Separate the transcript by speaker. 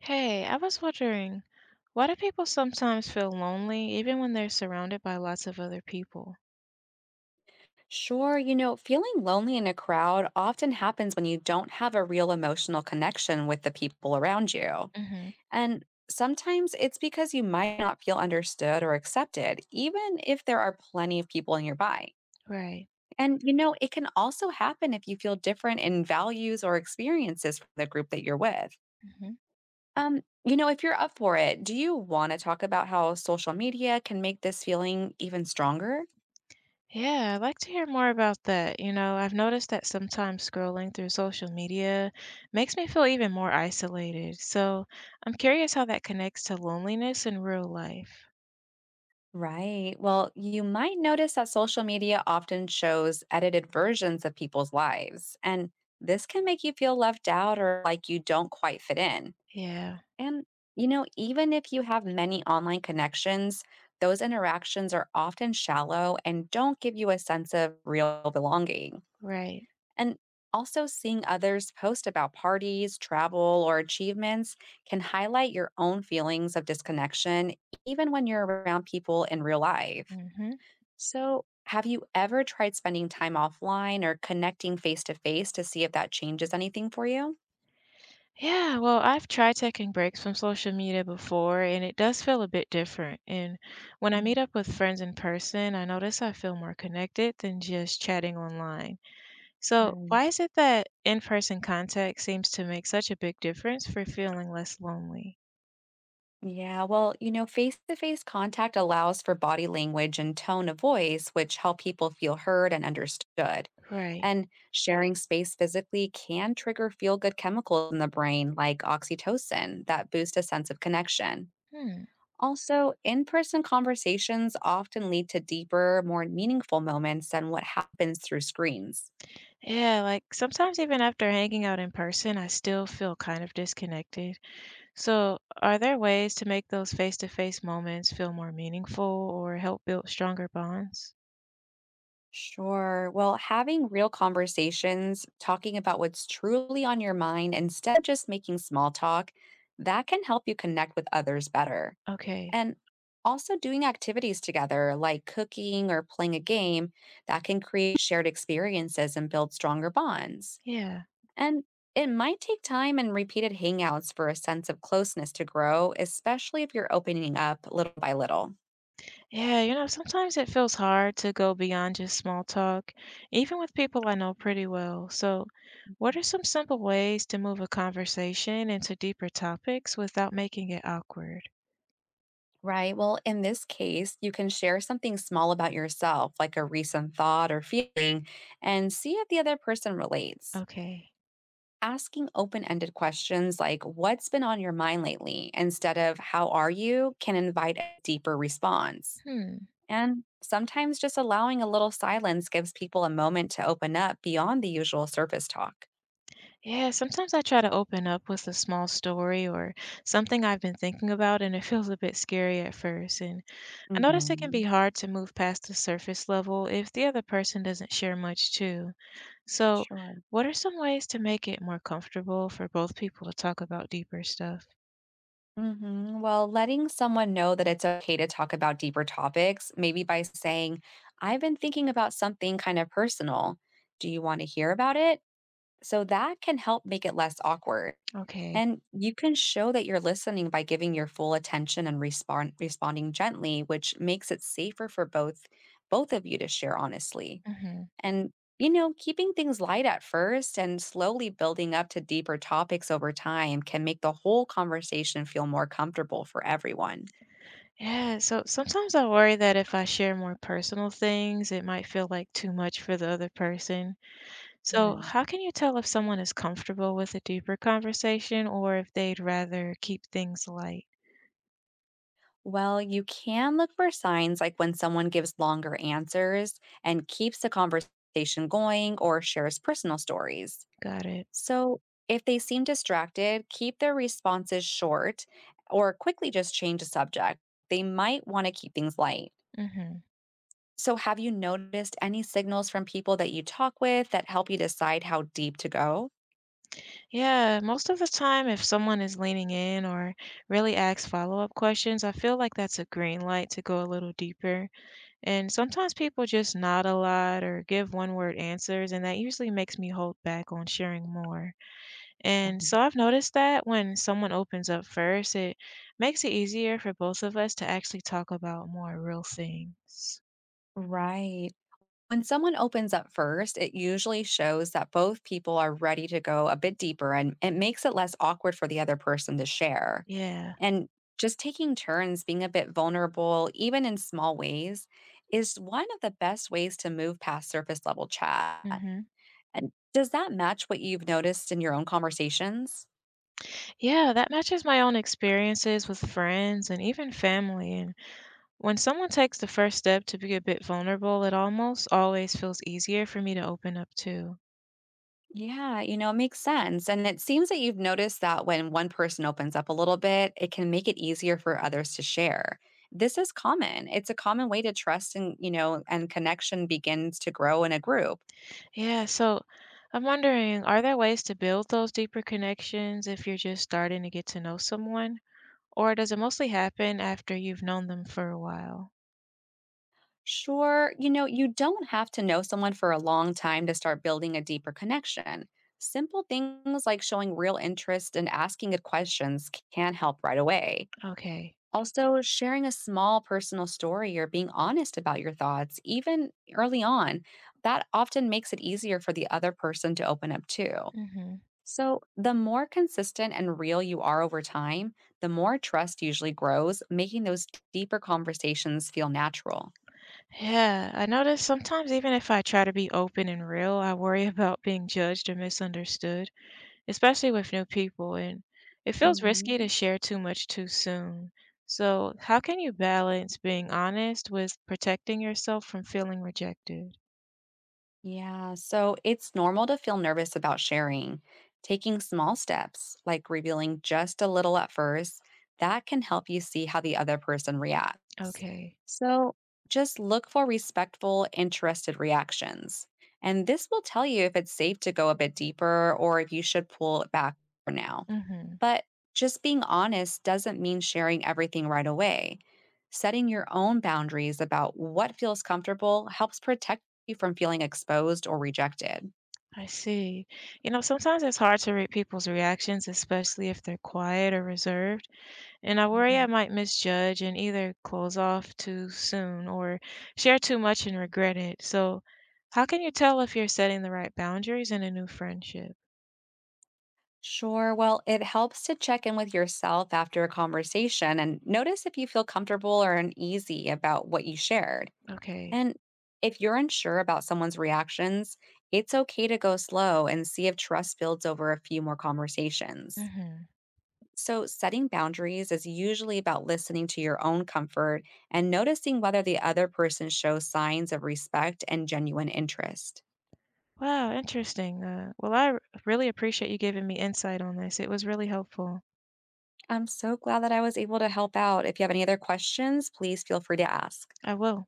Speaker 1: Hey, I was wondering, why do people sometimes feel lonely even when they're surrounded by lots of other people?
Speaker 2: Sure, feeling lonely in a crowd often happens when you don't have a real emotional connection with the people around you.
Speaker 1: Hmm.
Speaker 2: And sometimes it's because you might not feel understood or accepted, even if there are plenty of people nearby.
Speaker 1: Right.
Speaker 2: And, it can also happen if you feel different in values or experiences from the group that you're with.
Speaker 1: Hmm.
Speaker 2: If you're up for it, do you want to talk about how social media can make this feeling even stronger?
Speaker 1: Yeah, I'd like to hear more about that. You know, I've noticed that sometimes scrolling through social media makes me feel even more isolated. So I'm curious how that connects to loneliness in real life.
Speaker 2: Right. Well, you might notice that social media often shows edited versions of people's lives, and this can make you feel left out or like you don't quite fit in.
Speaker 1: Yeah,
Speaker 2: And, even if you have many online connections, those interactions are often shallow and don't give you a sense of real belonging.
Speaker 1: right.
Speaker 2: And also, seeing others post about parties, travel, or achievements can highlight your own feelings of disconnection, even when you're around people in real life.
Speaker 1: Hmm.
Speaker 2: So, have you ever tried spending time offline or connecting face to face to see if that changes anything for you?
Speaker 1: Yeah, well, I've tried taking breaks from social media before, and it does feel a bit different. And when I meet
Speaker 2: Mm.
Speaker 1: up with friends in person, I notice I feel more connected than just chatting online. So,
Speaker 2: Right.
Speaker 1: why is it that in-person contact seems to make such a big difference for feeling less lonely?
Speaker 2: Yeah, well, face to face contact allows for body language and tone of voice, which help people feel heard and understood.
Speaker 1: Right.
Speaker 2: And sharing space physically can trigger feel good chemicals in the brain, like oxytocin, that boost a sense of connection.
Speaker 1: Hmm.
Speaker 2: Also, in person conversations often lead to deeper, more meaningful moments than what happens through screens.
Speaker 1: Yeah, like sometimes even after hanging out in person, I still feel kind of disconnected. So, are there ways to make those face-to-face moments feel more meaningful or help build stronger bonds?
Speaker 2: Sure. Well, having real conversations, talking about what's truly on your mind instead of just making small talk, that can help you connect with others better.
Speaker 1: Okay.
Speaker 2: And also doing activities together, like cooking or playing a game, that can create shared experiences and build stronger bonds.
Speaker 1: Yeah.
Speaker 2: And it might take time and repeated hangouts for a sense of closeness to grow, especially if you're opening up little by little.
Speaker 1: Yeah, you know, sometimes it feels hard to go beyond just small talk, even with people I know pretty well. So, what are some simple ways to move a conversation into deeper topics without making it awkward?
Speaker 2: Right. Well, in this case, you can share something small about yourself, like a recent thought or feeling, and see if the other person relates.
Speaker 1: Okay.
Speaker 2: Asking open ended questions like, "What's been on your mind lately?" instead of, "How are you?" can invite a deeper response.
Speaker 1: Hmm.
Speaker 2: And sometimes just allowing a little silence gives people a moment to open up beyond the usual surface talk.
Speaker 1: Yeah, sometimes I try to open up with a small story or something I've been thinking about, and it feels a bit scary at first. And I notice it can
Speaker 2: Hmm.
Speaker 1: be hard to move past the surface level if the other person doesn't share much, too. So,
Speaker 2: Sure.
Speaker 1: what are some ways to make it more comfortable for both people to talk about deeper stuff?
Speaker 2: Hmm. Well, letting someone know that it's okay to talk about deeper topics, maybe by saying, "I've been thinking about something kind of personal. Do you want to hear about it?" So that can help make it less awkward.
Speaker 1: Okay.
Speaker 2: And you can show that you're listening by giving your full attention and responding gently, which makes it safer for both of you to share honestly.
Speaker 1: Hmm.
Speaker 2: And, keeping things light at first and slowly building up to deeper topics over time can make the whole conversation feel more comfortable for everyone.
Speaker 1: Yeah, so sometimes I worry that if I share more personal things, it might feel like too much for the other person. So,
Speaker 2: Right.
Speaker 1: how can you tell if someone is comfortable with a deeper conversation or if they'd rather keep things light?
Speaker 2: Well, you can look for signs like when someone gives longer answers and keeps the conversation going or shares personal stories.
Speaker 1: Got it.
Speaker 2: So, if they seem distracted, keep their responses short or quickly just change the subject. They might want to keep things light.
Speaker 1: Hmm.
Speaker 2: So, have you noticed any signals from people that you talk with that help you decide how deep to go?
Speaker 1: Yeah, most of the time, if someone is leaning in or really asks follow-up questions, I feel like that's a green light to go a little deeper. And sometimes people just nod a lot or give one word answers, and that usually makes me hold back on sharing more. And
Speaker 2: Mhm.
Speaker 1: so I've noticed that when someone opens up first, it makes it easier for both of us to actually talk about more real things.
Speaker 2: Right. When someone opens up first, it usually shows that both people are ready to go a bit deeper and it makes it less awkward for the other person to share.
Speaker 1: Yeah.
Speaker 2: And just taking turns being a bit vulnerable, even in small ways, is one of the best ways to move past surface level chat.
Speaker 1: Hmm.
Speaker 2: And does that match what you've noticed in your own conversations?
Speaker 1: Yeah, that matches my own experiences with friends and even family. And when someone takes the first step to be a bit vulnerable, it almost always feels easier for me to open up too.
Speaker 2: Yeah, it makes sense. And it seems that you've noticed that when one person opens up a little bit, it can make it easier for others to share. This is common. It's a common way to trust and connection begins to grow in a group.
Speaker 1: Yeah, so I'm wondering, are there ways to build those deeper connections if you're just starting to get to know someone? Or does it mostly happen after you've known them for a while?
Speaker 2: Sure, you don't have to know someone for a long time to start building a deeper connection. Simple things like showing real interest and asking good questions can help right away.
Speaker 1: Okay.
Speaker 2: Also, sharing a small personal story or being honest about your thoughts, even early on, that often makes it easier for the other person to open up too.
Speaker 1: Hmm.
Speaker 2: So, the more consistent and real you are over time, the more trust usually grows, making those deeper conversations feel natural.
Speaker 1: Yeah, I notice sometimes even if I try to be open and real, I worry about being judged or misunderstood, especially with new people, and it feels risky to
Speaker 2: Mhm.
Speaker 1: share too much too soon. So, how can you balance being honest with protecting yourself from feeling rejected?
Speaker 2: Yeah, so it's normal to feel nervous about sharing. Taking small steps, like revealing just a little at first, that can help you see how the other person reacts.
Speaker 1: Okay.
Speaker 2: So just look for respectful, interested reactions. And this will tell you if it's safe to go a bit deeper or if you should pull it back for now.
Speaker 1: Mm-hmm.
Speaker 2: But just being honest doesn't mean sharing everything right away. Setting your own boundaries about what feels comfortable helps protect you from feeling exposed or rejected.
Speaker 1: I see. You know, sometimes it's hard to read people's reactions, especially if they're quiet or reserved. And I worry I
Speaker 2: Mhm.
Speaker 1: might misjudge and either close off too soon or share too much and regret it. So, how can you tell if you're setting the right boundaries in a new friendship?
Speaker 2: Sure, well, it helps to check in with yourself after a conversation and notice if you feel comfortable or uneasy about what you shared.
Speaker 1: Okay.
Speaker 2: And if you're unsure about someone's reactions, it's okay to go slow and see if trust builds over a few more conversations.
Speaker 1: Hmm.
Speaker 2: So, setting boundaries is usually about listening to your own comfort and noticing whether the other person shows signs of respect and genuine interest.
Speaker 1: Wow, interesting. Well, really appreciate you giving me insight on this. It was really helpful.
Speaker 2: I'm so glad that I was able to help out. If you have any other questions, please feel free to ask.
Speaker 1: I will.